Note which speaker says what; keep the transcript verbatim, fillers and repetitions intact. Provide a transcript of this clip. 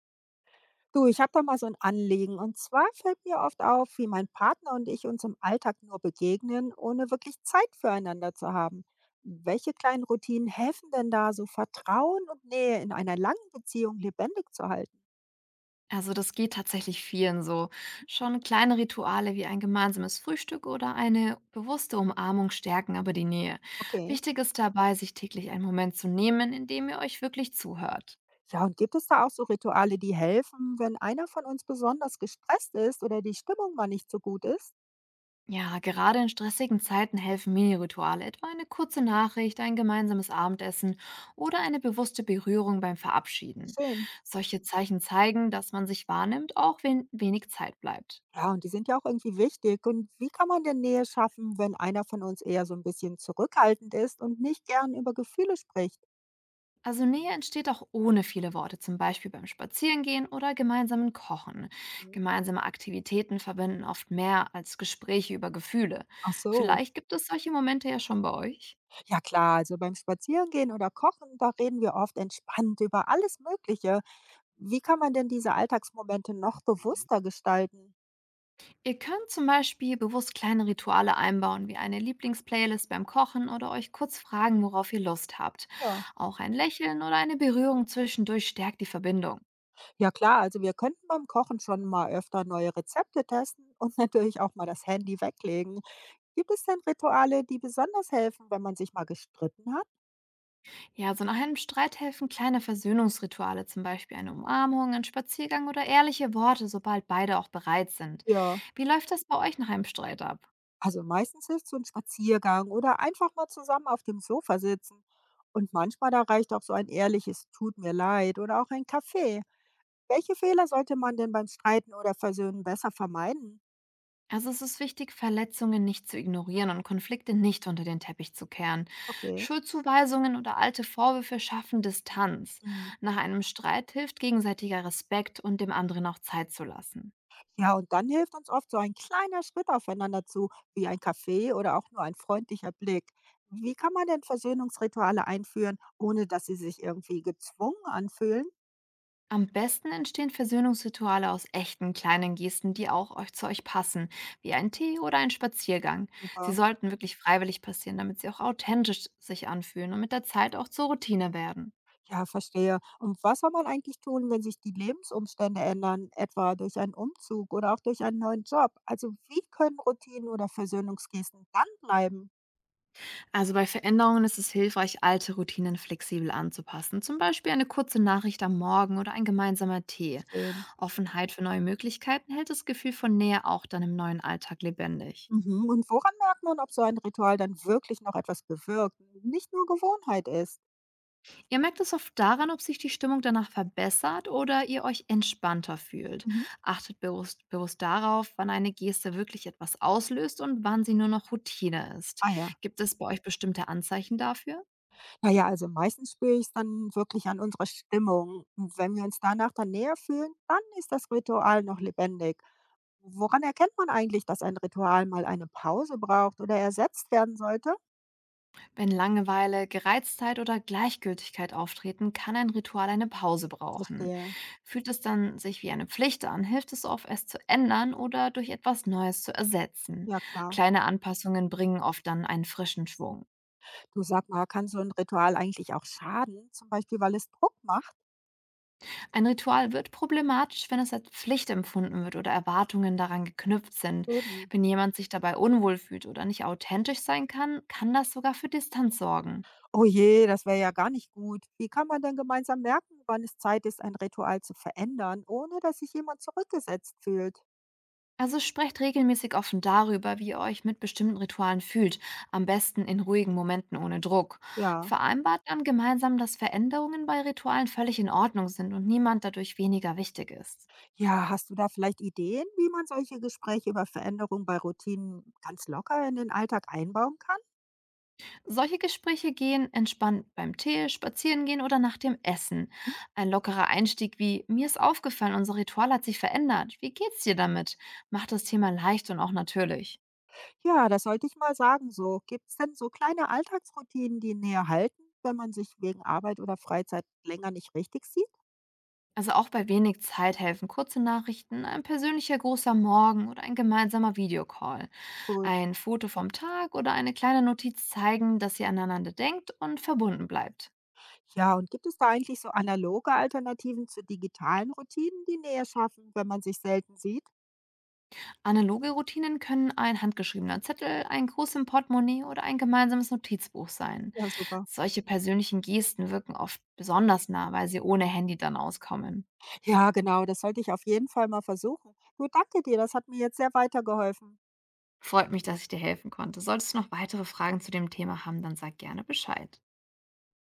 Speaker 1: Du, ich habe da mal so ein Anliegen. Und zwar fällt mir oft auf, wie mein Partner und ich uns im Alltag nur begegnen, ohne wirklich Zeit füreinander zu haben. Welche kleinen Routinen helfen denn da, so Vertrauen und Nähe in einer langen Beziehung lebendig zu halten?
Speaker 2: Also das geht tatsächlich vielen so. Schon kleine Rituale wie ein gemeinsames Frühstück oder eine bewusste Umarmung stärken aber die Nähe.
Speaker 1: Okay.
Speaker 2: Wichtig ist dabei, sich täglich einen Moment zu nehmen, in dem ihr euch wirklich zuhört.
Speaker 1: Ja, und gibt es da auch so Rituale, die helfen, wenn einer von uns besonders gestresst ist oder die Stimmung mal nicht so gut ist?
Speaker 2: Ja, gerade in stressigen Zeiten helfen Mini-Rituale, etwa eine kurze Nachricht, ein gemeinsames Abendessen oder eine bewusste Berührung beim Verabschieden.
Speaker 1: Schön.
Speaker 2: Solche Zeichen zeigen, dass man sich wahrnimmt, auch wenn wenig Zeit bleibt.
Speaker 1: Ja, und die sind ja auch irgendwie wichtig. Und wie kann man denn Nähe schaffen, wenn einer von uns eher so ein bisschen zurückhaltend ist und nicht gern über Gefühle spricht?
Speaker 2: Also Nähe entsteht auch ohne viele Worte, zum Beispiel beim Spazierengehen oder gemeinsamen Kochen.
Speaker 1: Mhm.
Speaker 2: Gemeinsame Aktivitäten verbinden oft mehr als Gespräche über Gefühle.
Speaker 1: Ach so.
Speaker 2: Vielleicht gibt es solche Momente ja schon bei euch.
Speaker 1: Ja klar, also beim Spazierengehen oder Kochen, da reden wir oft entspannt über alles Mögliche. Wie kann man denn diese Alltagsmomente noch bewusster gestalten?
Speaker 2: Ihr könnt zum Beispiel bewusst kleine Rituale einbauen, wie eine Lieblingsplaylist beim Kochen oder euch kurz fragen, worauf ihr Lust habt.
Speaker 1: Ja,
Speaker 2: Auch ein Lächeln oder eine Berührung zwischendurch stärkt die Verbindung.
Speaker 1: ja klar, also wir könnten beim Kochen schon mal öfter neue Rezepte testen und natürlich auch mal das Handy weglegen. Gibt es denn Rituale, die besonders helfen, wenn man sich mal gestritten hat?
Speaker 2: Ja, so nach einem Streit helfen kleine Versöhnungsrituale, zum Beispiel eine Umarmung, ein Spaziergang oder ehrliche Worte, sobald beide auch bereit sind.
Speaker 1: Ja,
Speaker 2: Wie läuft das bei euch nach einem Streit ab?
Speaker 1: also meistens hilft so ein Spaziergang oder einfach mal zusammen auf dem Sofa sitzen. Und manchmal da reicht auch so ein ehrliches Tut mir leid oder auch ein Kaffee. Welche Fehler sollte man denn beim Streiten oder Versöhnen besser vermeiden?
Speaker 2: Also es ist wichtig, Verletzungen nicht zu ignorieren und Konflikte nicht unter den Teppich zu kehren.
Speaker 1: Okay.
Speaker 2: Schuldzuweisungen oder alte Vorwürfe schaffen Distanz.
Speaker 1: Hm.
Speaker 2: Nach einem Streit hilft gegenseitiger Respekt und dem anderen auch Zeit zu lassen.
Speaker 1: Ja, und dann hilft uns oft so ein kleiner Schritt aufeinander zu, wie ein Kaffee oder auch nur ein freundlicher Blick. Wie kann man denn Versöhnungsrituale einführen, ohne dass sie sich irgendwie gezwungen anfühlen?
Speaker 2: Am besten entstehen Versöhnungsrituale aus echten kleinen Gesten, die auch euch zu euch passen, wie ein Tee oder ein Spaziergang. Sie
Speaker 1: Super.
Speaker 2: sollten wirklich freiwillig passieren, damit sie auch authentisch sich anfühlen und mit der Zeit auch zur Routine werden.
Speaker 1: Ja, verstehe. Und was soll man eigentlich tun, wenn sich die Lebensumstände ändern, etwa durch einen Umzug oder auch durch einen neuen Job? Also wie können Routinen oder Versöhnungsgesten dann bleiben?
Speaker 2: Also bei Veränderungen ist es hilfreich, alte Routinen flexibel anzupassen, zum Beispiel eine kurze Nachricht am Morgen oder ein gemeinsamer Tee.
Speaker 1: Schön.
Speaker 2: Offenheit für neue Möglichkeiten hält das Gefühl von Nähe auch dann im neuen Alltag lebendig.
Speaker 1: Mhm. Und woran merkt man, ob so ein Ritual dann wirklich noch etwas bewirkt, nicht nur Gewohnheit ist?
Speaker 2: Ihr merkt es oft daran, ob sich die Stimmung danach verbessert oder ihr euch entspannter fühlt.
Speaker 1: Mhm.
Speaker 2: Achtet bewusst, bewusst darauf, wann eine Geste wirklich etwas auslöst und wann sie nur noch Routine ist.
Speaker 1: Ah ja.
Speaker 2: Gibt es bei euch bestimmte Anzeichen dafür?
Speaker 1: Naja, also meistens spüre ich es dann wirklich an unserer Stimmung. Und wenn wir uns danach dann näher fühlen, dann ist das Ritual noch lebendig. Woran erkennt man eigentlich, dass ein Ritual mal eine Pause braucht oder ersetzt werden sollte?
Speaker 2: Wenn Langeweile, Gereiztheit oder Gleichgültigkeit auftreten, kann ein Ritual eine Pause brauchen.
Speaker 1: Verstehe.
Speaker 2: Fühlt es dann sich wie eine Pflicht an, hilft es oft, es zu ändern oder durch etwas Neues zu ersetzen.
Speaker 1: Ja klar.
Speaker 2: Kleine Anpassungen bringen oft dann einen frischen Schwung.
Speaker 1: Du, sag mal, kann so ein Ritual eigentlich auch schaden, zum Beispiel weil es Druck macht?
Speaker 2: Ein Ritual wird problematisch, wenn es als Pflicht empfunden wird oder Erwartungen daran geknüpft sind.
Speaker 1: Eben.
Speaker 2: Wenn jemand sich dabei unwohl fühlt oder nicht authentisch sein kann, kann das sogar für Distanz sorgen.
Speaker 1: Oh je, das wäre ja gar nicht gut. Wie kann man denn gemeinsam merken, wann es Zeit ist, ein Ritual zu verändern, ohne dass sich jemand zurückgesetzt fühlt?
Speaker 2: Also sprecht regelmäßig offen darüber, wie ihr euch mit bestimmten Ritualen fühlt, am besten in ruhigen Momenten ohne Druck.
Speaker 1: Ja.
Speaker 2: Vereinbart dann gemeinsam, dass Veränderungen bei Ritualen völlig in Ordnung sind und niemand dadurch weniger wichtig ist.
Speaker 1: Ja, hast du da vielleicht Ideen, wie man solche Gespräche über Veränderung bei Routinen ganz locker in den Alltag einbauen kann?
Speaker 2: Solche Gespräche gehen entspannt beim Tee, Spazierengehen oder nach dem Essen.
Speaker 1: Hm?
Speaker 2: Ein lockerer Einstieg wie „Mir ist aufgefallen, unser Ritual hat sich verändert. Wie geht's dir damit?" macht das Thema leicht und auch natürlich.
Speaker 1: Ja, das sollte ich mal sagen. So, gibt es denn so kleine Alltagsroutinen, die näher halten, wenn man sich wegen Arbeit oder Freizeit länger nicht richtig sieht?
Speaker 2: Also auch bei wenig Zeit helfen kurze Nachrichten, ein persönlicher Gruß am Morgen oder ein gemeinsamer Videocall.
Speaker 1: Gut.
Speaker 2: Ein Foto vom Tag oder eine kleine Notiz zeigen, dass ihr aneinander denkt und verbunden bleibt.
Speaker 1: Ja, und gibt es da eigentlich so analoge Alternativen zu digitalen Routinen, die Nähe schaffen, wenn man sich selten sieht?
Speaker 2: Analoge Routinen können ein handgeschriebener Zettel, ein Gruß im Portemonnaie oder ein gemeinsames Notizbuch sein.
Speaker 1: Ja, super.
Speaker 2: Solche persönlichen Gesten wirken oft besonders nah, weil sie ohne Handy dann auskommen.
Speaker 1: Ja, genau, das sollte ich auf jeden Fall mal versuchen. Du, danke dir, das hat mir jetzt sehr weitergeholfen.
Speaker 2: Freut mich, dass ich dir helfen konnte. Solltest du noch weitere Fragen zu dem Thema haben, dann sag gerne Bescheid.